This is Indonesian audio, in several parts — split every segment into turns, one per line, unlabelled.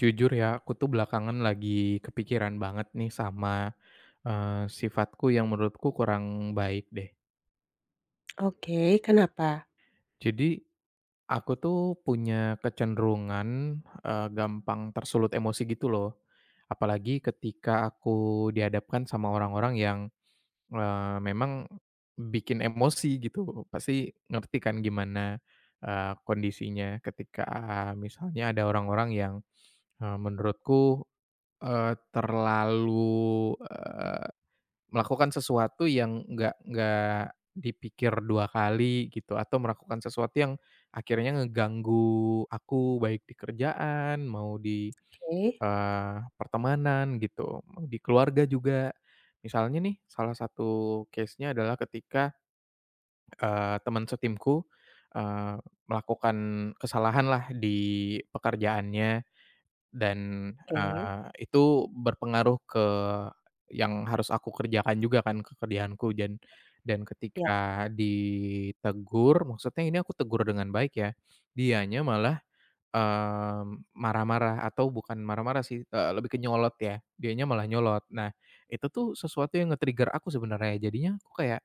Jujur ya, aku tuh belakangan lagi kepikiran banget nih sama sifatku yang menurutku kurang baik deh.
Oke, kenapa?
Jadi, aku tuh punya kecenderungan, gampang tersulut emosi gitu loh. Apalagi ketika aku dihadapkan sama orang-orang yang memang bikin emosi gitu. Pasti ngerti kan gimana kondisinya ketika misalnya ada orang-orang yang, eee, menurutku, eee, terlalu, eh, Melakukan sesuatu yang nggak dipikir 2 kali gitu, atau melakukan sesuatu yang akhirnya ngeganggu aku, baik di kerjaan, mau di,
Oke.
eee, pertemanan gitu, mau di keluarga juga. Misalnya nih, salah satu case-nya adalah ketika teman setimku, eee, melakukan kesalahan lah di pekerjaannya. Dan,
Oke,
eee, itu berpengaruh ke yang harus aku kerjakan juga kan, ke kerjaanku dan
ya,
ketika ditegur, maksudnya ini aku tegur dengan baik ya, dianya malah marah-marah atau bukan marah-marah sih, lebih ke nyolot ya, dianya malah nyolot. Nah, itu tuh sesuatu yang nge-trigger aku sebenarnya, jadinya aku kayak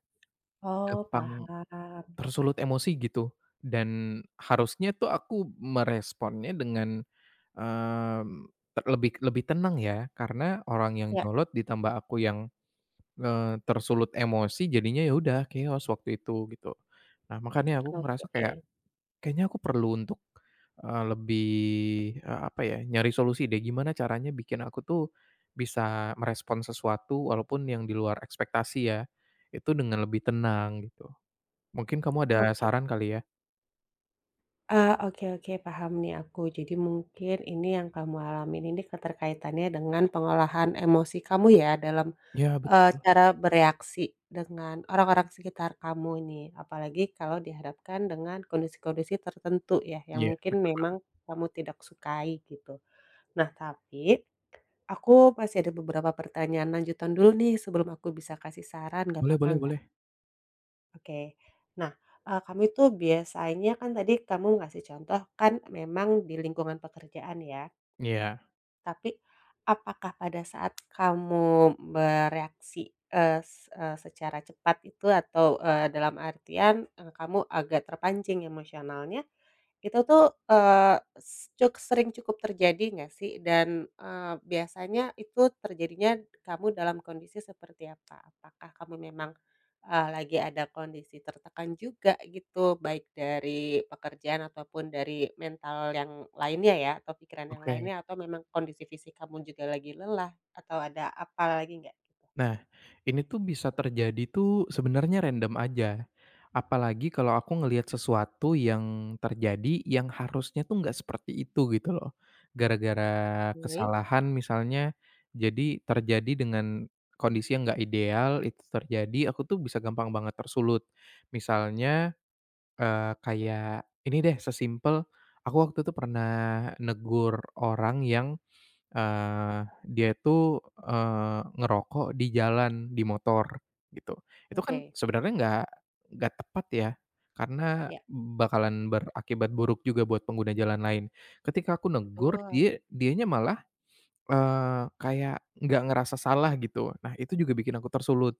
oh,
gampang
paham.
tersulut emosi gitu dan harusnya tuh aku meresponnya dengan, mmm, te lebih lebih tenang ya karena orang yang
Ya,
nyolot ditambah aku yang tersulut emosi jadinya ya udah chaos waktu itu gitu. Nah makanya aku
oke
merasa
oke,
kayak, kayaknya aku perlu untuk lebih, apa ya, nyari solusi deh gimana caranya bikin aku tuh bisa merespon sesuatu walaupun yang di luar ekspektasi ya, itu dengan lebih tenang gitu. Mungkin kamu ada saran kali ya?
ah, oke oke, paham nih aku. Jadi mungkin ini yang kamu alamin ini keterkaitannya dengan pengolahan emosi kamu ya dalam,
Iya betul.
cara bereaksi dengan orang-orang sekitar kamu nih. Apalagi kalau dihadapkan dengan kondisi-kondisi tertentu ya, yang
Iya,
mungkin
bener.
memang kamu tidak sukai gitu. Nah, tapi aku masih ada beberapa pertanyaan lanjutan dulu nih sebelum aku bisa kasih saran, nggak
Boleh
apa-apa
boleh
nggak?
boleh.
Oke. Nah, kamu itu biasanya kan tadi kamu ngasih contoh kan memang di lingkungan pekerjaan ya,
Iya,
tapi apakah pada saat kamu bereaksi, secara cepat itu atau, dalam artian, kamu agak terpancing emosionalnya itu tuh, eee, s cuk sering cukup terjadi nggak sih? Dan, biasanya itu terjadinya kamu dalam kondisi seperti apa? Apakah kamu memang, lagi ada kondisi tertekan juga gitu, baik dari pekerjaan ataupun dari mental yang lainnya ya, atau pikiran yang
oke.
lainnya, atau memang kondisi fisik kamu juga lagi lelah, atau ada apa lagi nggak gitu?
Nah, ini tuh bisa terjadi tuh sebenarnya random aja. Apalagi kalau aku ngelihat sesuatu yang terjadi yang harusnya tuh nggak seperti itu gitu loh. Gara-gara
Oke,
kesalahan misalnya, jadi terjadi dengan kondisi yang nggak ideal, itu terjadi, aku tuh bisa gampang banget tersulut. Misalnya, kayak ini deh sesimpel, aku waktu itu pernah negur orang yang dia itu ngerokok di jalan, di motor, gitu. Itu kan
oke,
sebenarnya nggak tepat ya, karena
ya.
bakalan berakibat buruk juga buat pengguna jalan lain. Ketika aku negur,
Betul.
dianya malah kayak nggak ngerasa salah gitu. Nah, itu juga bikin aku tersulut.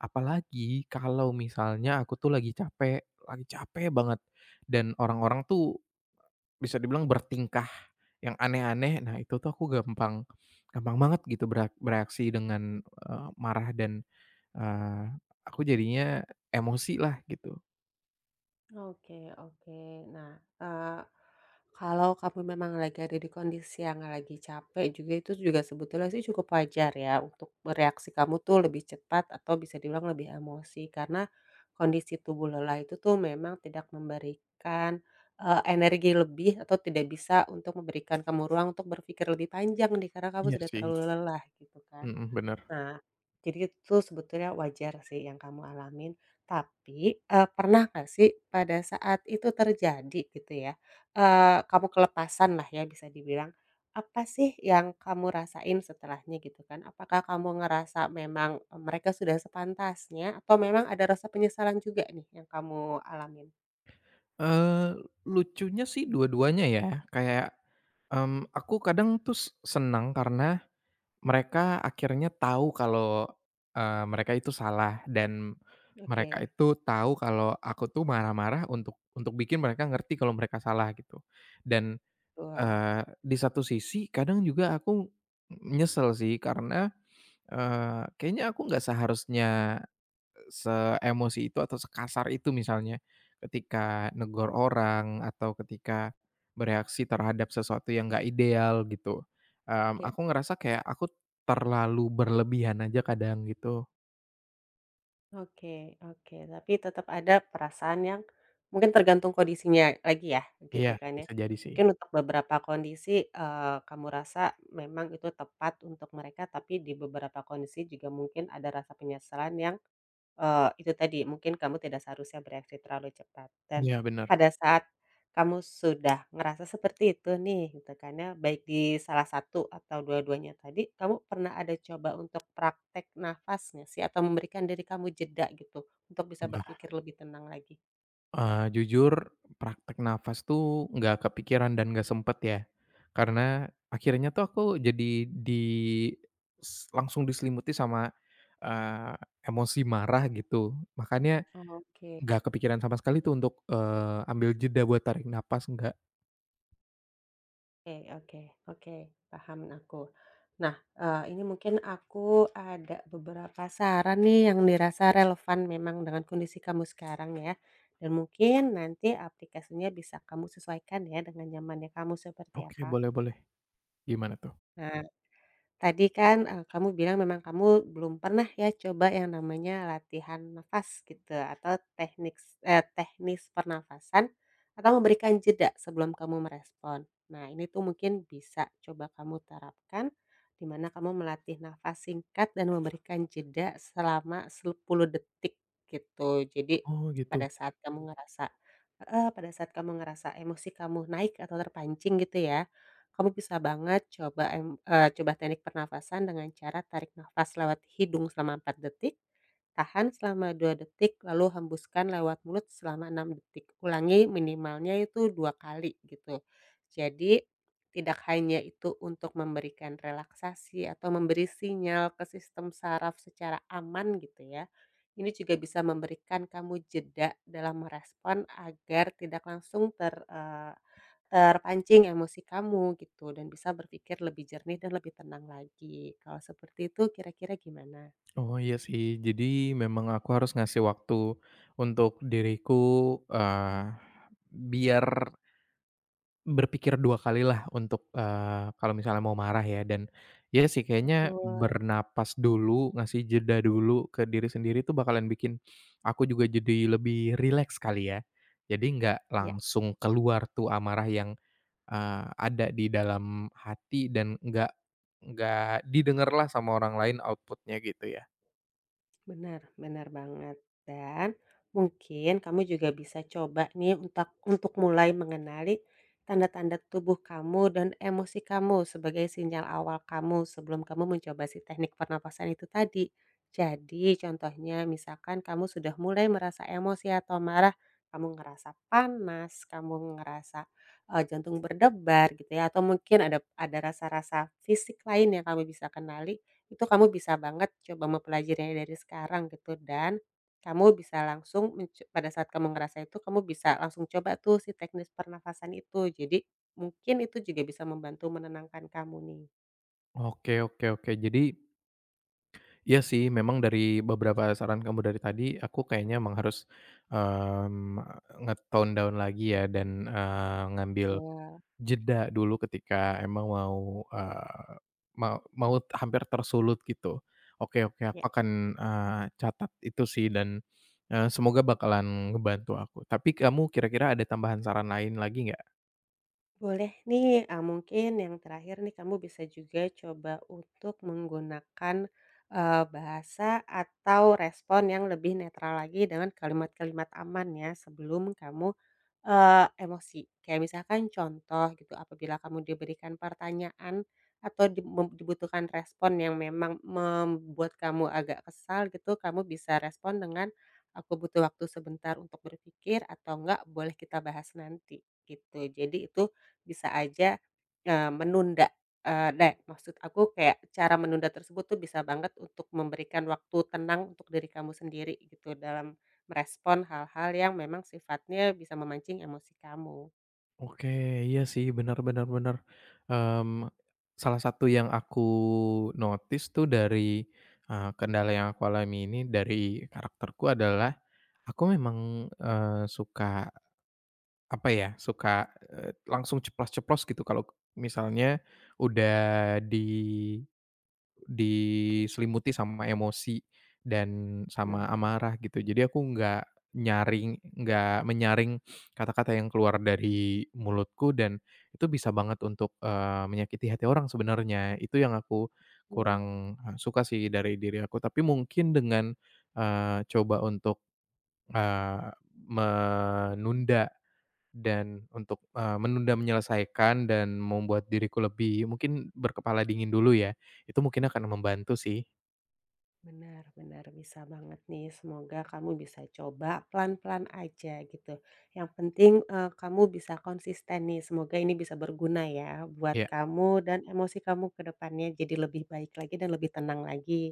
Apalagi kalau misalnya aku tuh lagi capek banget dan orang-orang tuh bisa dibilang bertingkah yang aneh-aneh, nah itu tuh aku gampang gampang banget gitu bereaksi dengan marah dan, eee, aku jadinya emosi lah gitu.
Oke oke. Nah, eee, kalau kamu memang lagi ada di kondisi yang lagi capek juga, itu juga sebetulnya sih cukup wajar ya untuk bereaksi kamu tuh lebih cepat atau bisa dibilang lebih emosi, karena kondisi tubuh lelah itu tuh memang tidak memberikan, energi lebih atau tidak bisa untuk memberikan kamu ruang untuk berpikir lebih panjang nih, karena kamu
Iya
sudah
sih.
terlalu lelah gitu kan.
Mhm, bener.
Nah, jadi itu sebetulnya wajar sih yang kamu alamin, tapi, pernah nggak sih pada saat itu terjadi gitu ya, kamu kelepasan lah ya bisa dibilang, apa sih yang kamu rasain setelahnya gitu kan? Apakah kamu ngerasa memang, mereka sudah sepantasnya atau memang ada rasa penyesalan juga nih yang kamu alamin?
Eee, Lucunya sih dua-duanya ya, kayak, aku kadang tuh senang karena mereka akhirnya tahu kalau mereka itu salah dan
Oke,
mereka itu tahu kalau aku tuh marah-marah untuk bikin mereka ngerti kalau mereka salah gitu dan
betul,
Di satu sisi kadang juga aku nyesel sih karena kayaknya aku nggak seharusnya seemosi itu atau sekasar itu misalnya ketika negor orang atau ketika bereaksi terhadap sesuatu yang nggak ideal gitu,
ya.
aku ngerasa kayak aku terlalu berlebihan aja kadang gitu.
Oke oke, tapi tetap ada perasaan yang mungkin tergantung kondisinya lagi ya,
Iya
gitu kan ya.
bisa jadi sih.
Mungkin untuk beberapa kondisi, kamu rasa memang itu tepat untuk mereka, tapi di beberapa kondisi juga mungkin ada rasa penyesalan yang eee, itu tadi, mungkin kamu tidak seharusnya bereaksi terlalu cepat dan
Iya bener.
pada saat kamu sudah ngerasa seperti itu nih, gitu kan ya, baik di salah satu atau dua-duanya tadi, kamu pernah ada coba untuk praktek nafasnya sih? Atau memberikan diri kamu jeda gitu, untuk bisa
Wah.
berpikir lebih tenang lagi?
Jujur praktek nafas tuh nggak kepikiran dan nggak sempet ya, karena akhirnya tuh aku jadi di s langsung diselimuti sama, eee, emosi marah gitu, makanya
Oke.
nggak kepikiran sama sekali tuh untuk ambil jeda buat tarik napas, nggak.
Oke oke oke, paham aku. Nah, ini mungkin aku ada beberapa saran nih yang dirasa relevan memang dengan kondisi kamu sekarang ya, dan mungkin nanti aplikasinya bisa kamu sesuaikan ya dengan nyamannya kamu seperti
Oke,
apa.
boleh boleh. Gimana tuh?
Nah, tadi kan, kamu bilang memang kamu belum pernah ya coba yang namanya latihan nafas gitu atau teknik teknis pernafasan atau memberikan jeda sebelum kamu merespon. Nah ini tuh mungkin bisa coba kamu terapkan, di mana kamu melatih nafas singkat dan memberikan jeda selama 10 detik gitu. Jadi
Oh gitu.
pada saat kamu ngerasa heeh, pada saat kamu ngerasa emosi kamu naik atau terpancing gitu ya kamu bisa banget coba coba teknik pernafasan dengan cara tarik nafas lewat hidung selama 4 detik, tahan selama 2 detik, lalu hembuskan lewat mulut selama 6 detik. Ulangi minimalnya itu 2 kali gitu. Jadi, tidak hanya itu untuk memberikan relaksasi atau memberi sinyal ke sistem saraf secara aman gitu ya, ini juga bisa memberikan kamu jeda dalam merespon agar tidak langsung terpancing emosi kamu gitu dan bisa berpikir lebih jernih dan lebih tenang lagi. Kalau seperti itu kira-kira gimana?
Oh iya sih, jadi memang aku harus ngasih waktu untuk diriku, eee, biar berpikir dua kali lah untuk kalau misalnya mau marah ya dan, ya sih kayaknya
Betul.
bernapas dulu, ngasih jeda dulu ke diri sendiri tuh bakalan bikin aku juga jadi lebih rileks kali ya. Jadi nggak
Ya.
langsung keluar tuh amarah yang ada di dalam hati dan nggak didengarlah sama orang lain output-nya gitu ya.
Benar benar banget. Dan mungkin kamu juga bisa coba nih untuk mulai mengenali tanda-tanda tubuh kamu dan emosi kamu sebagai sinyal awal kamu sebelum kamu mencoba si teknik pernapasan itu tadi. Jadi contohnya misalkan kamu sudah mulai merasa emosi atau marah, kamu ngerasa panas, kamu ngerasa jantung berdebar gitu ya, atau mungkin ada rasa-rasa fisik lain yang kamu bisa kenali itu kamu bisa banget coba mempelajarinya dari sekarang gitu dan kamu bisa langsung menco pada saat kamu ngerasa itu, kamu bisa langsung coba tuh si teknis pernafasan itu. Jadi mungkin itu juga bisa membantu menenangkan kamu nih.
Oke oke oke. Jadi iya sih, memang dari beberapa saran kamu dari tadi, aku kayaknya emang harus, mmm, nge-tone down lagi ya dan ngambil
Wah.
jeda dulu ketika emang mau, eee, mau mau hampir tersulut gitu. Oke oke, aku akan catat itu sih dan semoga bakalan ngebantu aku. Tapi kamu kira-kira ada tambahan saran lain lagi nggak?
Boleh nih, mungkin yang terakhir nih kamu bisa juga coba untuk menggunakan, bahasa atau respon yang lebih netral lagi dengan kalimat-kalimat aman ya sebelum kamu, emosi. Kayak misalkan contoh gitu, apabila kamu diberikan pertanyaan atau di mem dibutuhkan respon yang memang membuat kamu agak kesal gitu, kamu bisa respon dengan, "Aku butuh waktu sebentar untuk berpikir," atau enggak, "Boleh kita bahas nanti." Gitu. Jadi itu bisa aja, menunda, eee, dek maksud aku kayak cara menunda tersebut tuh bisa banget untuk memberikan waktu tenang untuk diri kamu sendiri gitu dalam merespon hal-hal yang memang sifatnya bisa memancing emosi kamu.
Oke, iya sih, benar-benar benar. Mmm, salah satu yang aku notice tuh dari kendala yang aku alami ini dari karakterku adalah aku memang, suka, apa ya, suka langsung ceplos ceplos gitu kalau misalnya udah di diselimuti sama emosi dan
Nah,
sama amarah gitu. Jadi aku nggak menyaring kata-kata yang keluar dari mulutku dan itu bisa banget untuk menyakiti hati orang sebenarnya. Itu yang aku
mmm,
kurang suka sih dari diri aku. Tapi mungkin dengan coba untuk, eee, menunda dan untuk menunda menyelesaikan dan membuat diriku lebih mungkin berkepala dingin dulu ya, itu mungkin akan membantu sih.
Benar benar bisa banget nih semoga kamu bisa coba pelan-pelan aja gitu. Yang penting, kamu bisa konsisten nih semoga ini bisa berguna ya buat
Iya.
kamu dan emosi kamu ke depannya jadi lebih baik lagi dan lebih tenang lagi.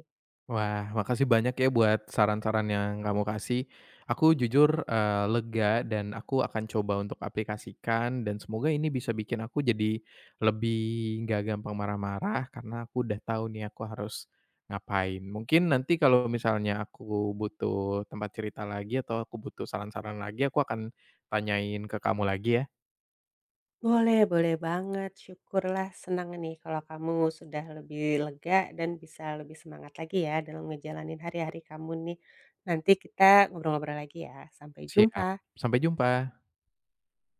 Wah, makasih banyak ya buat saran-saran yang kamu kasih. Aku jujur, lega dan aku akan coba untuk aplikasikan dan semoga ini bisa bikin aku jadi lebih nggak gampang marah-marah karena aku udah tahu nih aku harus ngapain. Mungkin nanti kalau misalnya aku butuh tempat cerita lagi atau aku butuh saran-saran lagi, aku akan tanyain ke kamu lagi ya.
Boleh boleh banget, syukurlah senang nih kalau kamu sudah lebih lega dan bisa lebih semangat lagi ya dalam ngejalanin hari-hari kamu nih. Nanti kita ngobrol-ngobrol lagi ya, sampai
Siap,
jumpa.
sampai jumpa.